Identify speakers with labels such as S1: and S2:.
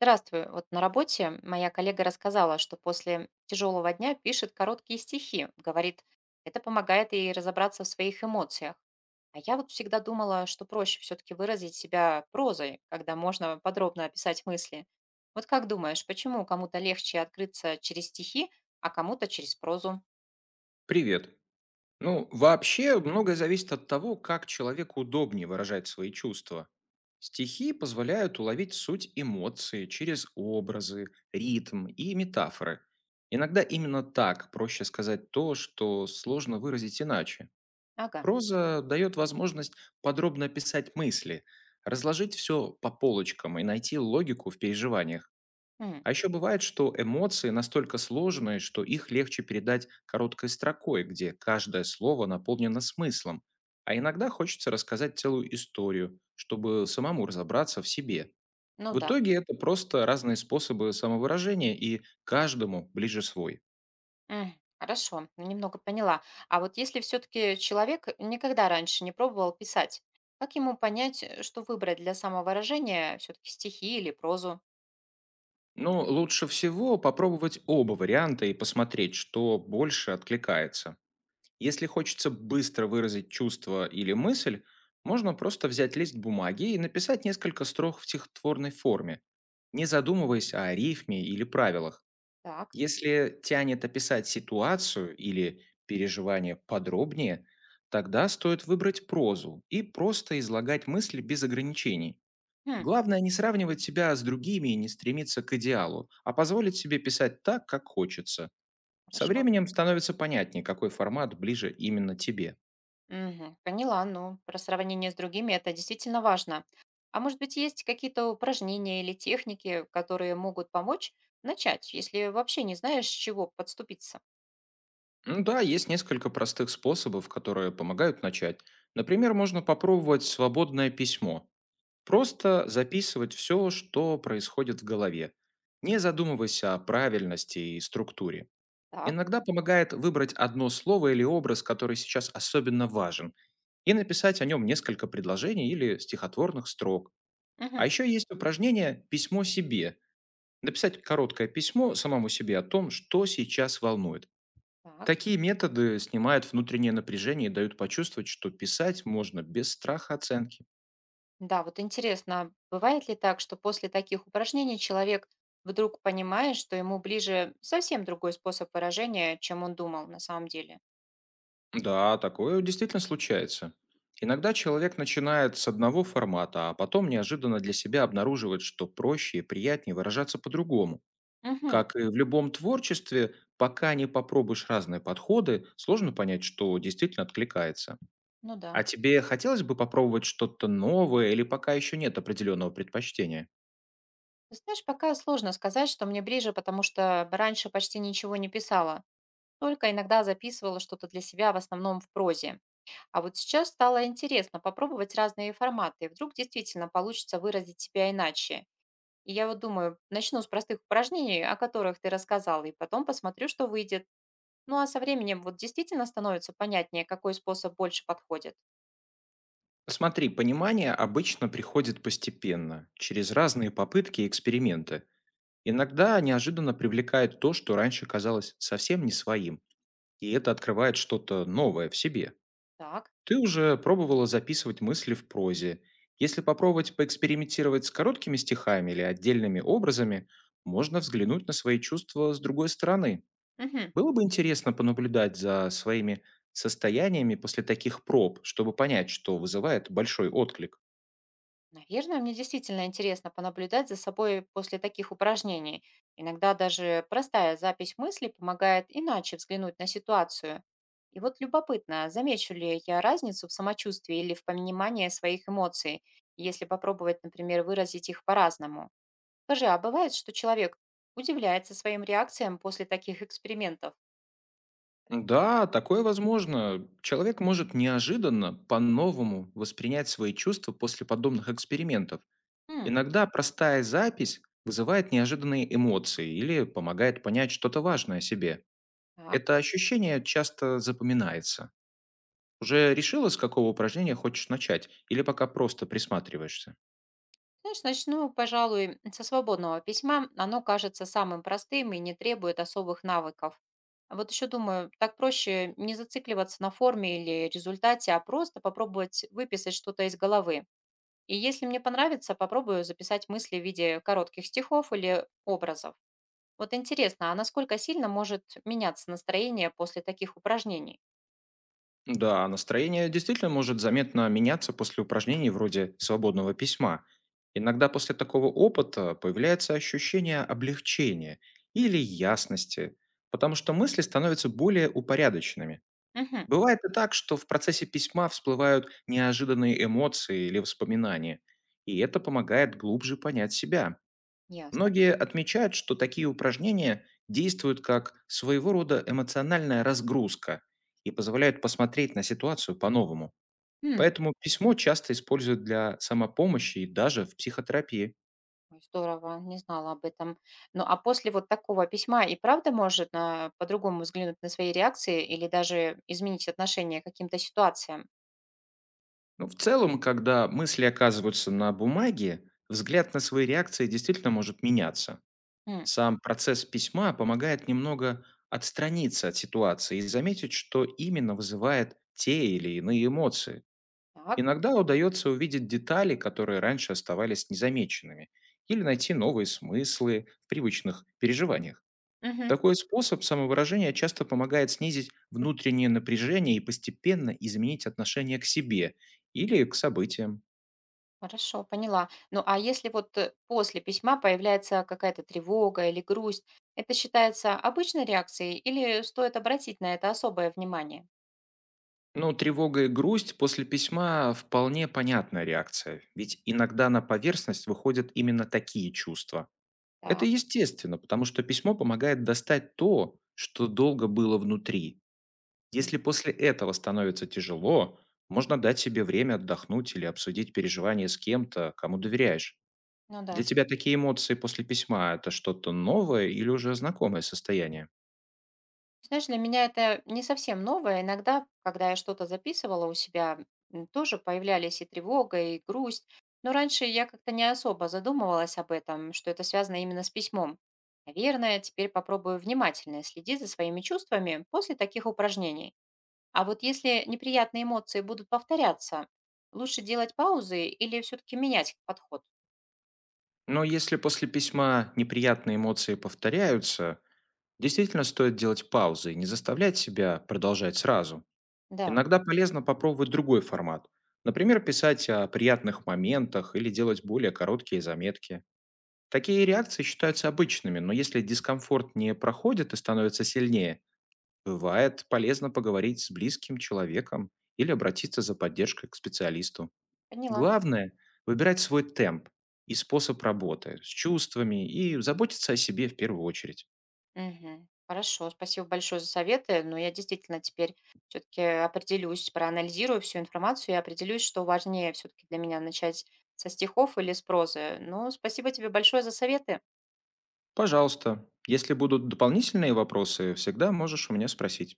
S1: Здравствуй. Вот на работе моя коллега рассказала, что после тяжелого дня пишет короткие стихи. Говорит, это помогает ей разобраться в своих эмоциях. А я вот всегда думала, что проще все-таки выразить себя прозой, когда можно подробно описать мысли. Вот как думаешь, почему кому-то легче открыться через стихи, а кому-то через прозу?
S2: Привет. Ну, вообще, многое зависит от того, как человеку удобнее выражать свои чувства. Стихи позволяют уловить суть эмоций через образы, ритм и метафоры. Иногда именно так проще сказать то, что сложно выразить иначе.
S1: Ага.
S2: Проза дает возможность подробно описать мысли, разложить все по полочкам и найти логику в переживаниях.
S1: М.
S2: А еще бывает, что эмоции настолько сложные, что их легче передать короткой строкой, где каждое слово наполнено смыслом. А иногда хочется рассказать целую историю, чтобы самому разобраться в себе.
S1: Ну
S2: В
S1: да.
S2: итоге это просто разные способы самовыражения, и каждому ближе свой.
S1: М. Хорошо, ну, немного поняла. А вот если все-таки человек никогда раньше не пробовал писать, как ему понять, что выбрать для самовыражения, все-таки стихи или прозу?
S2: Но лучше всего попробовать оба варианта и посмотреть, что больше откликается. Если хочется быстро выразить чувство или мысль, можно просто взять лист бумаги и написать несколько строк в стихотворной форме, не задумываясь о рифме или правилах.
S1: Так.
S2: Если тянет описать ситуацию или переживание подробнее, тогда стоит выбрать прозу и просто излагать мысли без ограничений.
S1: Хм.
S2: Главное не сравнивать себя с другими и не стремиться к идеалу, а позволить себе писать так, как хочется. Со
S1: Хорошо.
S2: временем становится понятнее, какой формат ближе именно тебе.
S1: Мгм, поняла, ну, про сравнение с другими это действительно важно. А может быть, есть какие-то упражнения или техники, которые могут помочь начать, если вообще не знаешь, с чего подступиться?
S2: Ну да, есть несколько простых способов, которые помогают начать. Например, можно попробовать свободное письмо. Просто записывать все, что происходит в голове. Не задумываясь о правильности и структуре.
S1: Так.
S2: Иногда помогает выбрать одно слово или образ, который сейчас особенно важен, и написать о нем несколько предложений или стихотворных строк. А
S1: Мгм.
S2: еще есть упражнение «Письмо себе». Написать короткое письмо самому себе о том, что сейчас волнует.
S1: Так.
S2: Такие методы снимают внутреннее напряжение и дают почувствовать, что писать можно без страха оценки.
S1: Да, вот интересно, бывает ли так, что после таких упражнений человек вдруг понимает, что ему ближе совсем другой способ выражения, чем он думал на самом деле?
S2: Да, такое действительно случается. Иногда человек начинает с одного формата, а потом неожиданно для себя обнаруживает, что проще и приятнее выражаться по-другому.
S1: Угу.
S2: Как и в любом творчестве, пока не попробуешь разные подходы, сложно понять, что действительно откликается.
S1: Ну да.
S2: А тебе хотелось бы попробовать что-то новое или пока еще нет определенного предпочтения?
S1: Ты знаешь, пока сложно сказать, что мне ближе, потому что раньше почти ничего не писала, только иногда записывала что-то для себя, в основном в прозе. А вот сейчас стало интересно попробовать разные форматы, вдруг действительно получится выразить себя иначе. И я вот думаю, начну с простых упражнений, о которых ты рассказала, и потом посмотрю, что выйдет. Ну, а со временем вот действительно становится понятнее, какой способ больше подходит.
S2: Смотри, понимание обычно приходит постепенно, через разные попытки и эксперименты. Иногда неожиданно привлекает то, что раньше казалось совсем не своим, и это открывает что-то новое в себе.
S1: Так.
S2: Ты уже пробовала записывать мысли в прозе. Если попробовать поэкспериментировать с короткими стихами или отдельными образами, можно взглянуть на свои чувства с другой стороны.
S1: Мгм.
S2: Было бы интересно понаблюдать за своими состояниями после таких проб, чтобы понять, что вызывает большой отклик.
S1: Наверное, мне действительно интересно понаблюдать за собой после таких упражнений. Иногда даже простая запись мыслей помогает иначе взглянуть на ситуацию. И вот любопытно, замечу ли я разницу в самочувствии или в понимании своих эмоций, если попробовать, например, выразить их по-разному. Скажи, а бывает, что человек удивляется своим реакциям после таких экспериментов?
S2: Да, такое возможно. Человек может неожиданно по-новому воспринять свои чувства после подобных экспериментов.
S1: М.
S2: Иногда простая запись вызывает неожиданные эмоции или помогает понять что-то важное о себе.
S1: Так.
S2: Это ощущение часто запоминается. Уже решила, с какого упражнения хочешь начать, или пока просто присматриваешься?
S1: Знаешь, начну, пожалуй, со свободного письма. Оно кажется самым простым и не требует особых навыков. А вот еще думаю, так проще не зацикливаться на форме или результате, а просто попробовать выписать что-то из головы. И если мне понравится, попробую записать мысли в виде коротких стихов или образов. Вот интересно, а насколько сильно может меняться настроение после таких упражнений?
S2: Да, настроение действительно может заметно меняться после упражнений вроде свободного письма. Иногда после такого опыта появляется ощущение облегчения или ясности, потому что мысли становятся более упорядоченными.
S1: Угу.
S2: Бывает и так, что в процессе письма всплывают неожиданные эмоции или воспоминания, и это помогает глубже понять себя.
S1: Ясно.
S2: Многие отмечают, что такие упражнения действуют как своего рода эмоциональная разгрузка и позволяют посмотреть на ситуацию по-новому. Поэтому письмо часто используют для самопомощи и даже в психотерапии.
S1: Ой, здорово, не знала об этом. Ну, а после вот такого письма и правда может на по-другому взглянуть на свои реакции или даже изменить отношение к каким-то ситуациям?
S2: Но в целом, когда мысли оказываются на бумаге, взгляд на свои реакции действительно может меняться.
S1: М.
S2: Сам процесс письма помогает немного отстраниться от ситуации и заметить, что именно вызывает те или иные эмоции.
S1: Так.
S2: Иногда удается увидеть детали, которые раньше оставались незамеченными, или найти новые смыслы в привычных переживаниях.
S1: Мгм.
S2: Такой способ самовыражения часто помогает снизить внутреннее напряжение и постепенно изменить отношение к себе или к событиям.
S1: Хорошо, поняла. Ну, а если после письма появляется какая-то тревога или грусть, это считается обычной реакцией или стоит обратить на это особое внимание?
S2: Но тревога и грусть после письма вполне понятная реакция, ведь иногда на поверхность выходят именно такие чувства. Это
S1: Так.
S2: естественно, потому что письмо помогает достать то, что долго было внутри.
S1: М.
S2: Если после этого становится тяжело, можно дать себе время отдохнуть или обсудить переживания с кем-то, кому доверяешь.
S1: Ну
S2: Для
S1: да.
S2: тебя такие эмоции после письма – это что-то новое или уже знакомое состояние?
S1: Знаешь, для меня это не совсем новое. Иногда, когда я что-то записывала у себя, м, тоже появлялись и тревога, и грусть. Но раньше я как-то не особо задумывалась об этом, что это связано именно с письмом. Наверное, теперь попробую внимательно следить за своими чувствами после таких упражнений. А вот если неприятные эмоции будут повторяться, лучше делать паузы или все-таки менять подход?
S2: Но если после письма неприятные эмоции повторяются, действительно стоит делать паузы и не заставлять себя продолжать сразу.
S1: Да,
S2: Иногда полезно попробовать другой формат. Например, писать о приятных моментах или делать более короткие заметки. Такие реакции считаются обычными, но если дискомфорт не проходит и становится сильнее, бывает полезно поговорить с близким человеком или обратиться за поддержкой к специалисту.
S1: поняла.
S2: Главное – выбирать свой темп и способ работы с чувствами и заботиться о себе в первую очередь.
S1: Мгм. Хорошо, спасибо большое за советы. Но я действительно теперь все-таки определюсь, проанализирую всю информацию и определюсь, что важнее все-таки для меня начать со стихов или с прозы. Но спасибо тебе большое за советы.
S2: Пожалуйста, если будут дополнительные вопросы, всегда можешь у меня спросить.